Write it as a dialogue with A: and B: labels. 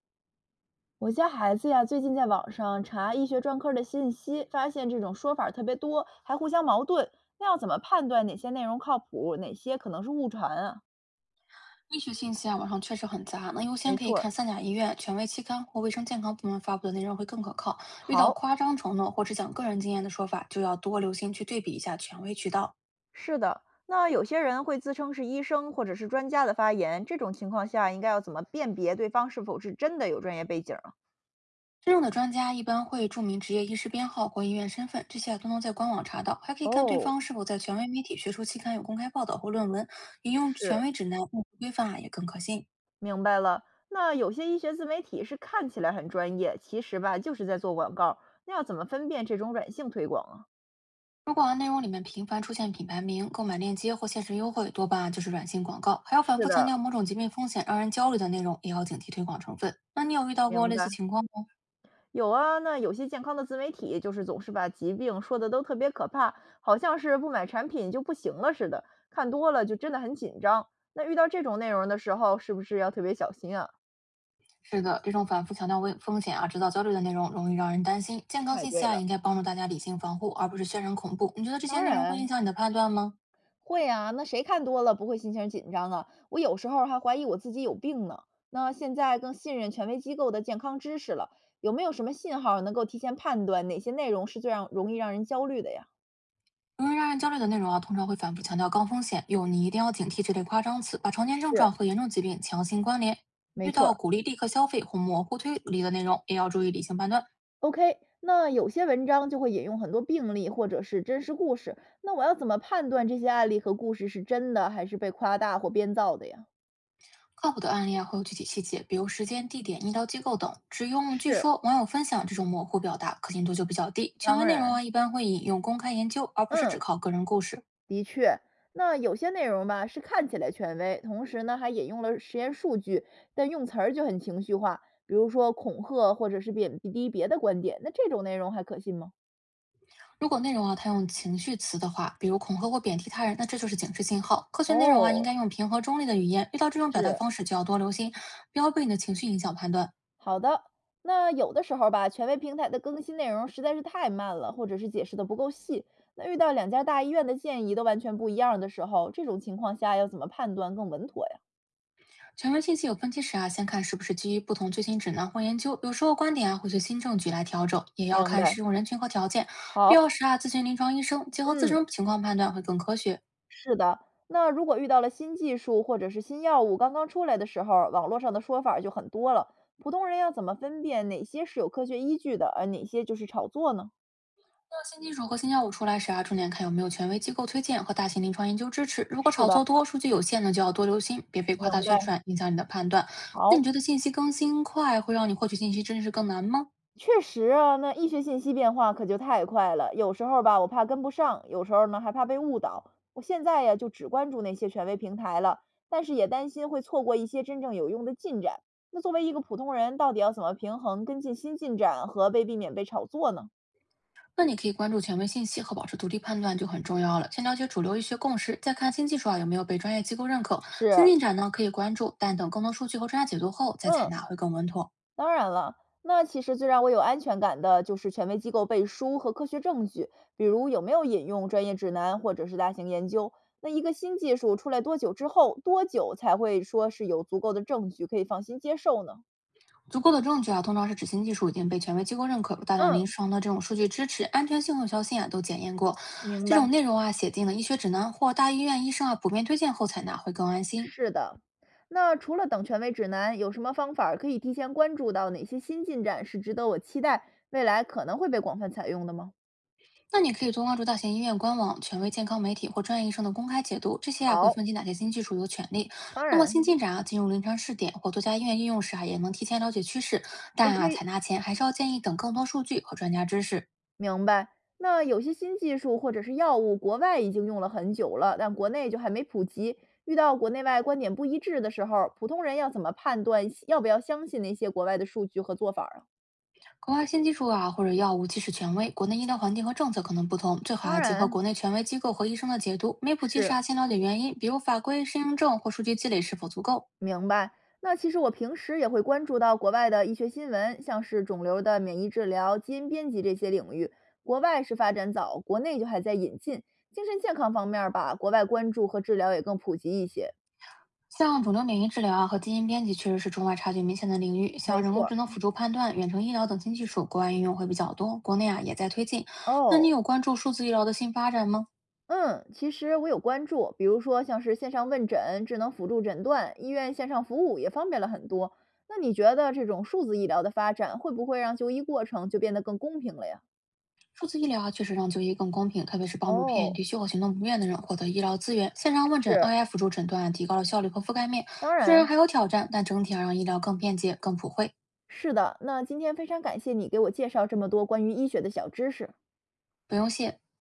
A: 我家孩子呀，最近在网上查医学专科的信息，发现这种说法儿特别多，还互相矛盾。那要怎么判断哪些内容靠谱，哪些可能是误传啊？
B: 医学信息啊，网上确实很杂，那优
A: 没
B: 先可以
A: 错儿，
B: 看三甲医院、权威期刊或卫生健康部门发布的内容会更可靠。遇到
A: 好，
B: 夸张承诺或者讲个人经验的说法，就要多留心去对比一下权威渠道。
A: 是的。那有些人会自称是医生或者是专家的发言，这种情况下应该要怎么辨别对方是否是真的有专业背景啊？
B: 真正的专家一般会注明职业医师编号或医院身份，这些啊都能在官网查到，还可以看对
A: 哦，
B: 方是否在权威媒体、学术期刊有公开报道或论文，引用权
A: 是，
B: 威指南、用户规范啊也更可信。
A: 明白了。那有些医学自媒体是看起来很专业，其实吧就是在做广告。那要怎么分辨这种软性推广啊？
B: 如果内容里面频繁出现品牌名、购买链接或限时优惠，多半啊就是软性广告，还要反
A: 是
B: 复强
A: 的，
B: 调某种疾病风险、让人焦虑的内容，也要警惕推广成分。那你有遇到过
A: 明
B: 类
A: 白。
B: 似情况吗？
A: 有啊，那有些健康的自媒体就是总是把疾病说的都特别可怕，好像是不买产品就不行了似的，看多了就真的很紧张。那遇到这种内容的时候，是不是要特别小心啊？
B: 是的，这种反复强调危风险啊、制造焦虑的内容，容易让人担心。健康
A: 太
B: 信息
A: 对
B: 啊，应
A: 了，
B: 该帮助大家理性防护，而不是渲染恐怖。你觉得这些
A: 当
B: 内容会影
A: 然
B: 响你的判断吗？
A: 会啊。那谁看多了不会心情紧张啊？我有时候还怀疑我自己有病呢。那现在更信任权威机构的健康知识了，有没有什么信号能够提前判断哪些内容是最让容易让人焦虑的呀？
B: 容易让人焦虑的内容啊，通常会反复强调高风险，有你一定要警惕这类夸张词，把常见症
A: 是，
B: 状和严重疾病强行关联。
A: 没
B: 遇
A: 错
B: 到
A: 儿。
B: 鼓励立刻消费或模糊推理的内容，也要注意理性判断。
A: OK，那有些文章就会引用很多病例或者是真实故事，那我要怎么判断这些案例和故事是真的还是被夸大或编造的呀？
B: 靠谱的案例啊会有具体细节，比如时间、地点、医疗机构等，只用“据
A: 是，
B: 说”“网友分享”这种模糊表达，可信度就比较低。权
A: 当
B: 威内容
A: 然，
B: 啊，一般会引用公开研究，而不是
A: 嗯，
B: 只靠个人故事。
A: 的确，那有些内容吧是看起来权威，同时呢还引用了实验数据，但用词儿就很情绪化，比如说恐吓或者是贬低别的观点，那这种内容还可信吗？
B: 如果内容啊，它用情绪词的话，比如恐吓或贬低他人，那这就是警示信号。科学内容啊，应
A: 哦，
B: 该用平和中立的语言。遇到这种表达
A: 是，
B: 方式，就要多留心，不要被你的情绪影响判断。
A: 好的，那有的时候吧，权威平台的更新内容实在是太慢了，或者是解释的不够细。那遇到两家大医院的建议都完全不一样的时候，这种情况下要怎么判断更稳妥呀？
B: 权威信息有分歧时啊，先看是不是基于不同最新指南或研究，有时候观点啊会随新证据来调整，也要
A: 明
B: 看
A: 白。
B: 适用人群和条件，必
A: 好，
B: 要时啊咨询临床医生，结合自
A: 嗯，
B: 身情况判断会更科学。
A: 是的。那如果遇到了新技术或者是新药物刚刚出来的时候，网络上的说法儿就很多了，普通人要怎么分辨哪些是有科学依据的，而哪些就是炒作呢？
B: 那新技术和新药物出来时啊，重点看有没有权威机构推荐和大型临床研究支持。如果
A: 是
B: 炒
A: 的，
B: 作多、数据有限呢，就要多留心，别被
A: 明
B: 夸大宣
A: 白。
B: 传影响你的判断。那你
A: 好。
B: 觉得信息更新快会让你获取信息真实更难吗？
A: 确实啊，那医学信息变化可就太快了，有时候吧，我怕跟不上，有时候呢还怕被误导。我现在呀，就只关注那些权威平台了，但是也担心会错过一些真正有用的进展。那作为一个普通人，到底要怎么平衡跟进新进展和被避免被炒作呢？
B: 那你可以关注权威信息和保持独立判断就很重要了。先了解主流医学共识，再看新技术啊有没有被专业机构认可。新
A: 是，
B: 进展呢可以关注，但等更多数据和专家解读后再采纳
A: 嗯。
B: 会更稳妥。
A: 当然了，那其实最让我有安全感的就是权威机构背书和科学证据，比如有没有引用专业指南或者是大型研究。那一个新技术出来多久之后，多久才会说是有足够的证据可以放心接受呢？
B: 足够的证据啊，通常是指新技术已经被权威机构认可，有大量
A: 嗯，
B: 临床的这种数据支持，安全性和有效性啊都检验过。
A: 明
B: 这种
A: 白。
B: 内容啊写进了医学指南或大医院医生啊普遍推荐后采纳会更安心。
A: 是的，那除了等权威指南，有什么方法儿可以提前关注到哪些新进展是值得我期待，未来可能会被广泛采用的吗？
B: 那你可以多关注大型医院官网、权威健康媒体或专业医生的公开解读，这些啊会
A: 好，
B: 分析哪些新技术有潜力。
A: 当
B: 那么新
A: 然
B: 进展啊进入临床试点或多家医院应用时啊，也能提前了解趋势。但啊，
A: ，OK，
B: 采纳前还是要建议等更多数据和专家知识。
A: 明白。那有些新技术或者是药物，国外已经用了很久了，但国内就还没普及。遇到国内外观点不一致的时候，普通人要怎么判断要不要相信那些国外的数据和做法儿啊？
B: 国外新技术啊或者药物即使权威，国内医疗环境和政策可能不同，最好
A: 当
B: 啊结合
A: 然，
B: 国内权威机构和医生的解读。没谱基
A: 是，
B: 是啊，先了解原因，比如法规、适应症或数据积累是否足够。
A: 明白。那其实我平时也会关注到国外的医学新闻，像是肿瘤的免疫治疗、基因编辑这些领域，国外是发展早，国内就还在引进。精神健康方面儿吧，国外关注和治疗也更普及一些。
B: 像肿瘤免疫治疗啊和基因编辑确实是中外差距明显的领域，
A: 没
B: 像人
A: 错
B: 工
A: 儿，
B: 智能辅助判断、远程医疗等新技术，国外应用会比较多，国内啊也在推进。那你
A: 哦，
B: 有关注数字医疗的新发展吗？
A: 嗯，其实我有关注，比如说像是线上问诊、智能辅助诊断、医院线上服务也方便了很多。那你觉得这种数字医疗的发展会不会让就医过程就变得更公平了呀？
B: 数字医疗啊确实让就医更公平，特别是帮助偏远
A: 哦，
B: 地区或行动不便的人获得医疗资源。线上问诊、
A: 是，
B: AI 辅助诊断啊提高了效率和覆盖面，
A: 当
B: 虽然
A: 然
B: 还有挑战，但整体啊让医疗更便捷、更普惠。
A: 是的。那今天非常感谢你给我介绍这么多关于医学的小知识。
B: 不用谢。